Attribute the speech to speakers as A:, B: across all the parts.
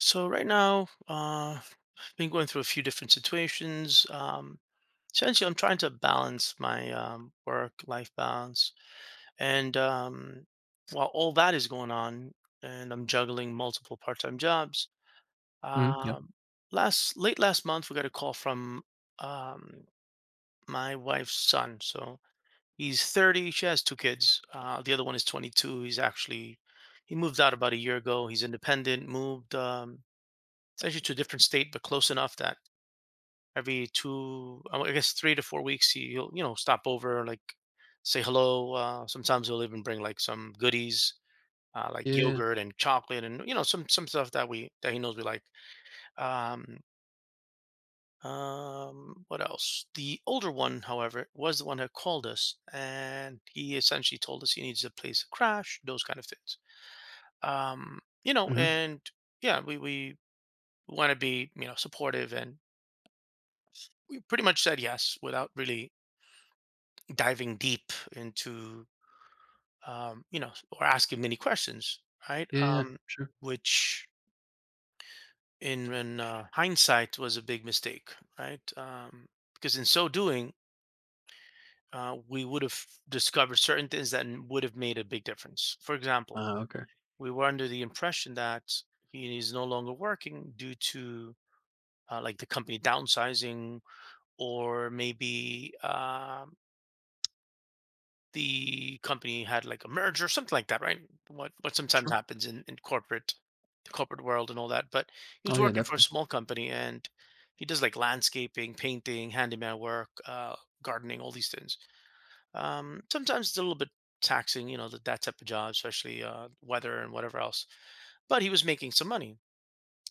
A: So right now, I've been going through a few different situations. Essentially, I'm trying to balance my work-life balance, and while all that is going on, and I'm juggling multiple part-time jobs.
B: Mhm, yeah.
A: Um, last Late last month, we got a call from um, my wife's son. So he's 30. She has two kids. The other one is 22. He moved out about a year ago. He's independent. Moved. It's actually to a different state, but close enough that every two, I w- I guess 3 to 4 weeks, he'll stop over, like say hello. Sometimes he'll even bring like some goodies,
B: Yeah,
A: like
B: yeah, yeah.
A: yogurt and chocolate, and some stuff that he knows we like. Um, what else? The older one, however, was the one that called us, and he essentially told us he needs a place to crash, those kind of things. Um, you know,
B: Mhm.
A: and Yeah, we want to be supportive and pretty much said yes without really diving deep into or asking many questions, right.
B: Yeah, yeah, sure.
A: Which in hindsight was a big mistake, right. Because in so doing, we would have discovered certain things that would have made a big difference, for example,
B: Ah, okay.
A: we were under the impression that he is no longer working due to, like, the company downsizing or maybe the company had like a merger or something like that, right? What sometimes
B: Sure.
A: happens in corporate the corporate world and all that. But he
B: Oh,
A: was
B: yeah,
A: working for a
B: definitely.
A: small company and he does like landscaping, painting, handyman work, gardening, all these things. Sometimes it's a little bit taxing, that type of job, especially weather and whatever else. But he was making some money.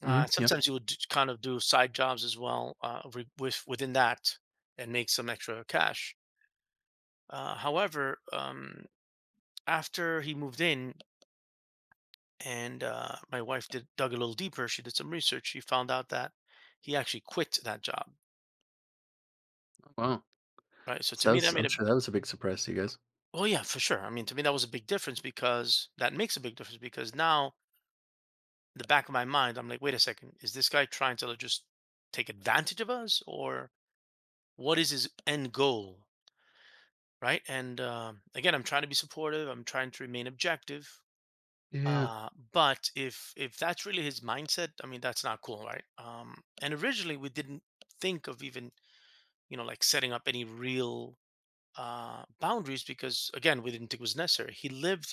B: Mhm, yeah.
A: Sometimes he would kind of do side jobs as well, within that and make some extra cash. However, after he moved in and, my wife did dug a little deeper. She did some research. She found out that he actually quit that job,
B: Oh, wow.
A: right. So to
B: So that
A: me
B: was
A: that made
B: I'm
A: a—
B: sure that was a big surprise to you guys.
A: oh yeah, for sure. I mean, to me that was a big difference because that makes a big difference because now in the back of my mind I'm like, wait a second, is this guy trying to, like, just take advantage of us, or what is his end goal, right? And again, I'm trying to be supportive, I'm trying to remain objective.
B: Yeah.
A: But if that's really his mindset, I mean, that's not cool, right? And originally we didn't think of even, you know, like setting up any real boundaries because, again, we didn't think it was necessary. He lived,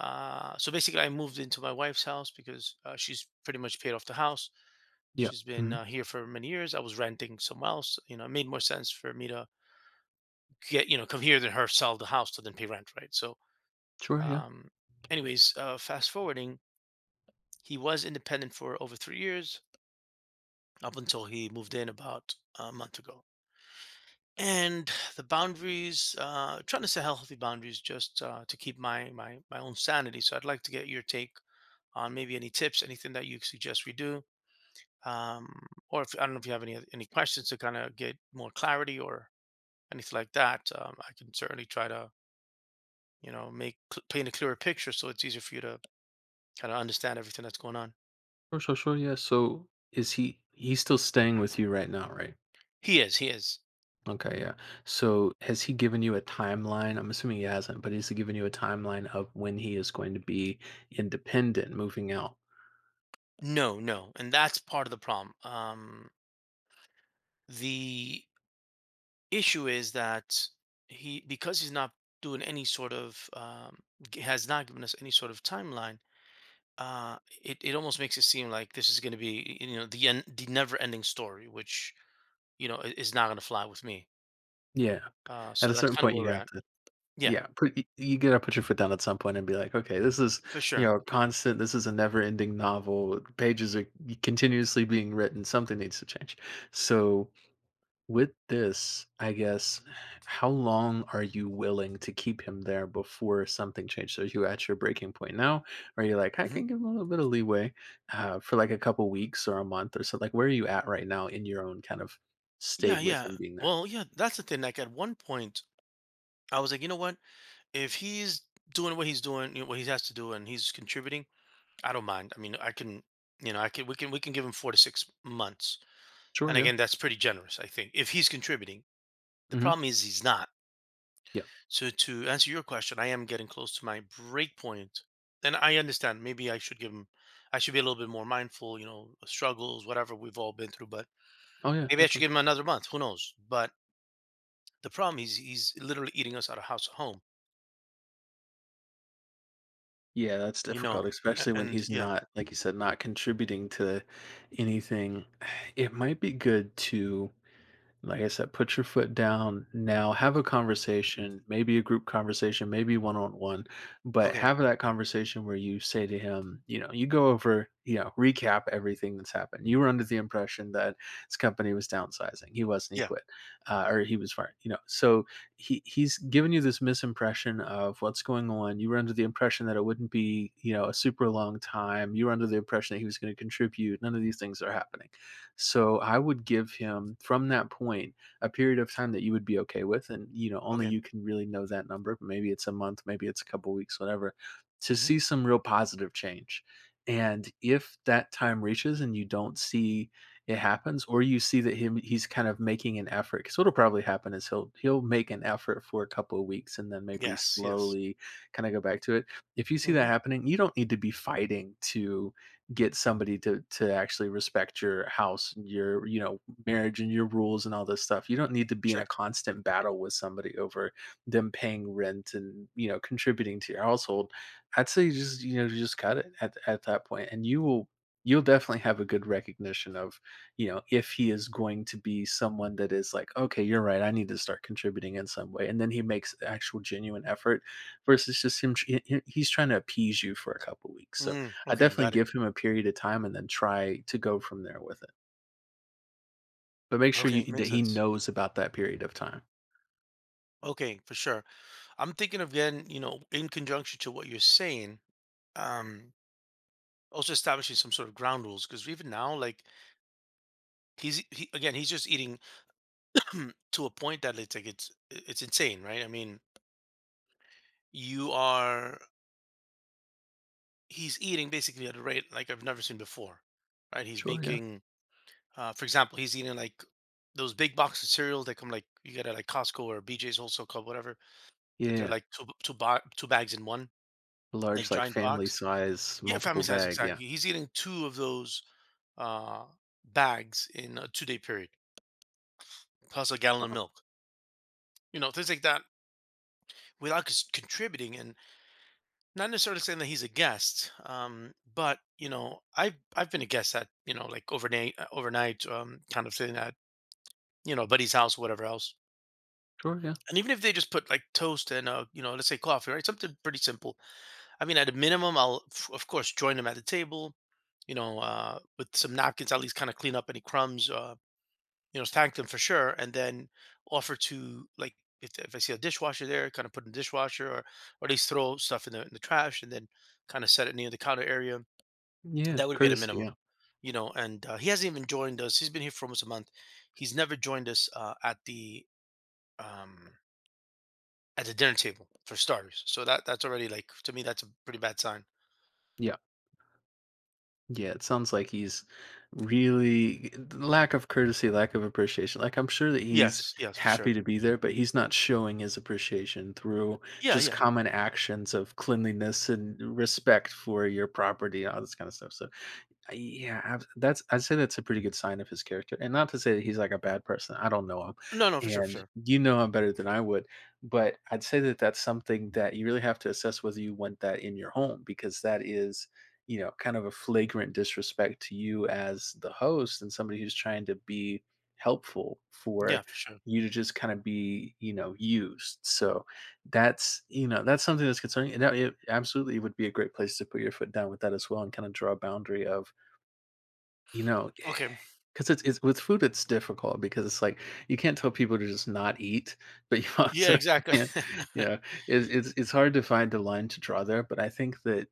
A: uh, So basically, I moved into my wife's house because, she's pretty much paid off the house.
B: Yeah.
A: She's been
B: Mhm.
A: here for many years. I was renting somewhere else. You know, it made more sense for me to come here than her sell the house to then pay rent, right? So,
B: Sure, yeah.
A: um, anyways, fast forwarding, he was independent for over 3 years up until he moved in about a month ago. And the boundaries, trying to set healthy boundaries just, to keep my own sanity. So I'd like to get your take on maybe any tips, anything that you suggest we do, um, or if I don't know if you have any questions to kind of get more clarity or anything like that. I can certainly try to paint a clearer picture so it's easier for you to kind of understand everything that's going on.
B: Sure, sure, sure, yeah. So is he's still staying with you right now, right?
A: He is, he is.
B: Okay, yeah. So has he given you a timeline? I'm assuming he hasn't, but has he given you a timeline of when he is going to be independent, moving out?
A: No, no, and that's part of the problem. The issue is that he because he's not doing any sort of has not given us any sort of timeline. It almost makes it seem like this is going to be, you know, the end, the never ending story, which is not going to fly with me.
B: Yeah. At
A: So
B: a
A: that's
B: certain
A: kind of
B: point,
A: where
B: you
A: we're
B: have
A: at.
B: to.
A: Yeah,
B: Yeah, put y you gotta put your foot down at some point and be like, "Okay, this is,
A: for sure.
B: constant, this is a never-ending novel, pages are continuously being written, something needs to change." So, with this, I guess, how long are you willing to keep him there before something changes? Are you at your breaking point now? Are you like, "I
A: Hmm.
B: can give him a little bit of leeway, for, like, a couple weeks or a month or so," like, where are you at right now in your own kind of
A: Yeah,
B: state with
A: yeah.
B: him being there?
A: Well, yeah, that's the thing, like at one point I was like, you know what, if he's doing what he's doing, what he has to do, and he's contributing, I don't mind. I mean, I can you know I can we can give him 4 to 6 months.
B: Sure,
A: And
B: yeah.
A: again, that's pretty generous, I think, if he's contributing. The
B: Mhm.
A: problem is he's not.
B: Yeah.
A: So to answer your question, I am getting close to my break point. And I understand maybe I should be a little bit more mindful, you know, struggles, whatever we've all been through, but
B: Oh, yeah,
A: maybe I should
B: definitely.
A: give him another month. Who knows? But the problem is he's literally eating us out of house at home,
B: Yeah, that's
A: you know.
B: difficult, especially when
A: And
B: he's
A: yeah.
B: not, like you said, not contributing to anything. It might be good to, like I said, put your foot down now, have a conversation, maybe a group conversation, maybe one on one, but
A: Okay.
B: have that conversation where you say to him, you know, you go over, recap everything that's happened. You were under the impression that his company was downsizing. He wasn't, he
A: Yeah.
B: quit, or he was fired. So he's given you this misimpression of what's going on. You were under the impression that it wouldn't be, a super long time. You were under the impression that he was going to contribute. None of these things are happening, so I would give him, from that point, a period of time that you would be okay with. And only
A: Okay.
B: you can really know that number. Maybe it's a month, maybe it's a couple weeks, whatever, to
A: Hmm.
B: see some real positive change. And if that time reaches and you don't see it happens, or you see that him he's kind of making an effort, because what'll probably happen is he'll make an effort for a couple of weeks and then maybe
A: Yes. Yes.
B: slowly kind of go back to it. If you see that
A: Hmm.
B: happening, you don't need to be fighting to get somebody to actually respect your house and your marriage and your rules and all this stuff. You don't need to be in a
A: Sure.
B: constant battle with somebody over them paying rent and contributing to your household. I'd say just just cut it at that point, and you'll definitely have a good recognition of, if he is going to be someone that is like, "Okay, you're right, I need to start contributing in some way," and then he makes actual genuine effort versus just he's trying to appease you for a couple weeks. So
A: Mm,
B: I
A: okay.
B: definitely
A: Got it.
B: give him a period of time and then try to go from there with it. But make sure
A: Okay.
B: you that
A: Makes
B: he
A: sense.
B: knows about that period of time.
A: Okay. For sure. I'm thinking of, again, you know, in conjunction to what you're saying, um, also establishing some sort of ground rules because even now, like again, he's just eating to a point that it's like it's insane, right? I mean, you are he's eating basically at a rate like I've never seen before, right?
B: Sure, yeah.
A: For example, he's eating like those big box of cereal that come like you get at like Costco or BJ's Wholesale Club, whatever.
B: Yeah, yeah,
A: That they're
B: yeah.
A: like two b- two, bo- two bags in one,
B: A
A: like
B: large, like,
A: giant
B: family
A: box.
B: size
A: Yeah, family
B: multiple
A: size
B: bag, yeah.
A: exactly. He's eating two of those uh, bags in a 2-day period, plus a gallon of
B: Uh-uh.
A: milk. You know, things like that without contributing and not necessarily saying that he's a guest. But you know, I've been a guest at, you know, like overnight, kind of thing at, you know, a buddy's house, whatever else.
B: Sure, yeah.
A: And even if they just put like toast and, you know, let's say coffee, right? Something pretty simple. I mean, at a minimum, of course join them at the table, you know, with some napkins, at least kind of clean up any crumbs, you know, thank them for sure, and then offer to, like, if I see a dishwasher there, kind of put in the dishwasher, or at least throw stuff in the trash, and then kind of set it near the counter area.
B: Yeah,
A: That would be at a
B: courtesy,
A: minimum,
B: yeah.
A: you know. And, he hasn't even joined us. He's been here for almost a month. He's never joined us um, at the dinner table for starters. So that's already like to me that's a pretty bad sign.
B: Yeah. Yeah, it sounds like he's really lack of courtesy, lack of appreciation. Like I'm sure that he's
A: Yes, yes, for
B: happy
A: sure.
B: to be there, but he's not showing his appreciation through
A: Yeah,
B: just
A: yeah.
B: common actions of cleanliness and respect for your property and all this kind of stuff. So Yeah, I'd say that's a pretty good sign of his character, and not to say that he's like a bad person. I don't know him,
A: No, no, for sure, for
B: and
A: sure.
B: you know him better than I would. But I'd say that that's something that you really have to assess whether you want that in your home, because that is, kind of a flagrant disrespect to you as the host and somebody who's trying to be helpful
A: Yeah,
B: for
A: for sure.
B: you to just kind of be, used. So that's you know that's something that's concerning. And that, it absolutely would be a great place to put your foot down with that as well, and kind of draw a boundary of, you know,
A: Okay.
B: because it's with food, it's difficult because it's like you can't tell people to just not eat, but you
A: Yeah,
B: also
A: exactly.
B: can't, you know, it's hard to find the line to draw there. But I think that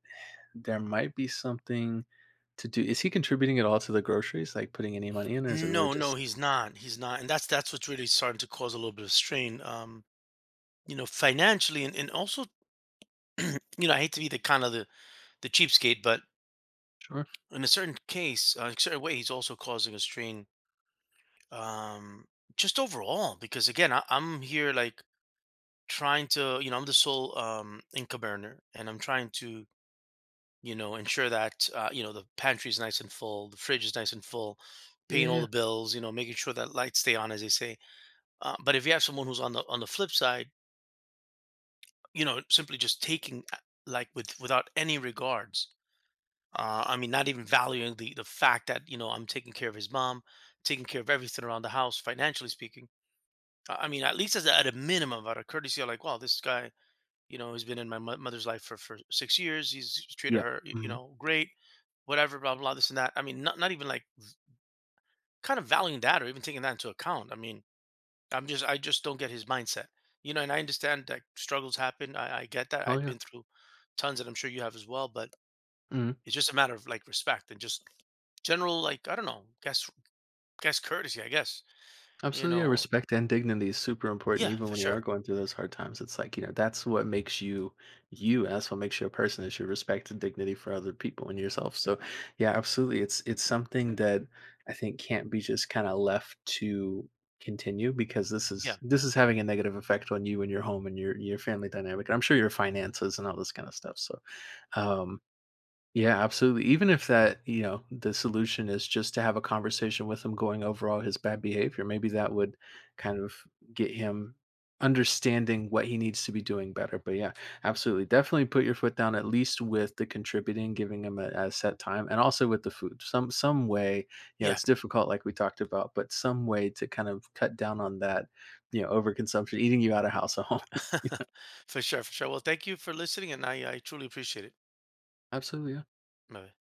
B: there might be something to do. Is he contributing at all to the groceries, like putting any money in, or is it really
A: No, no,
B: just
A: he's not. He's not, and that's what's really starting to cause a little bit of strain. You know, financially, and also, you know, I hate to be the kind of the cheapskate, but
B: sure?
A: in a certain way, he's also causing a strain. Um, just overall, because again, I'm here like trying to, you know, I'm the sole income earner, and I'm trying to, you know, ensure that, you know, the pantry is nice and full, the fridge is nice and full,
B: Yeah,
A: paying
B: yeah,
A: all
B: yeah.
A: the bills, you know, making sure that lights stay on, as they say. But if you have someone who's on the flip side, you know, simply just taking, like without any regards. I mean, not even valuing the fact that you know I'm taking care of his mom, taking care of everything around the house, financially speaking. I mean, at least at a minimum, out of courtesy, I'm like, wow, this guy, you know, has been in my mother's life for 6 years. He's treated
B: Yeah.
A: her, you
B: Mhm.
A: know, great, whatever, blah blah, this and that. I mean, not even like kind of valuing that or even taking that into account. I mean, I just don't get his mindset. You know, and I understand that struggles happen. I get that.
B: Oh
A: I've
B: yeah.
A: been through tons and I'm sure you have as well, but
B: Mhm.
A: it's just a matter of, like, respect and just general, like, I don't know, guess courtesy, I guess. You
B: Absolutely, yeah,
A: know.
B: respect and dignity is super important
A: Yeah,
B: even
A: for
B: when you are
A: sure.
B: going through those hard times. It's like, that's what makes you you, and that's what makes you a person is your respect and dignity for other people and yourself. So yeah, absolutely. It's something that I think can't be just kind of left to continue, because this
A: Yeah.
B: is this is having a negative effect on you and your home and your family dynamic. And I'm sure your finances and all this kind of stuff. So um yeah, absolutely. Even if that, the solution is just to have a conversation with him going over all his bad behavior, maybe that would kind of get him understanding what he needs to be doing better. But yeah, absolutely. Definitely put your foot down at least with the contributing, giving him a set time, and also with the food. Some way,
A: Yeah.
B: it's difficult like we talked about, but some way to kind of cut down on that, overconsumption, eating you out of house at home.
A: For sure, for sure. Well, thank you for listening and I truly appreciate it.
B: Absolutely.
A: Bye.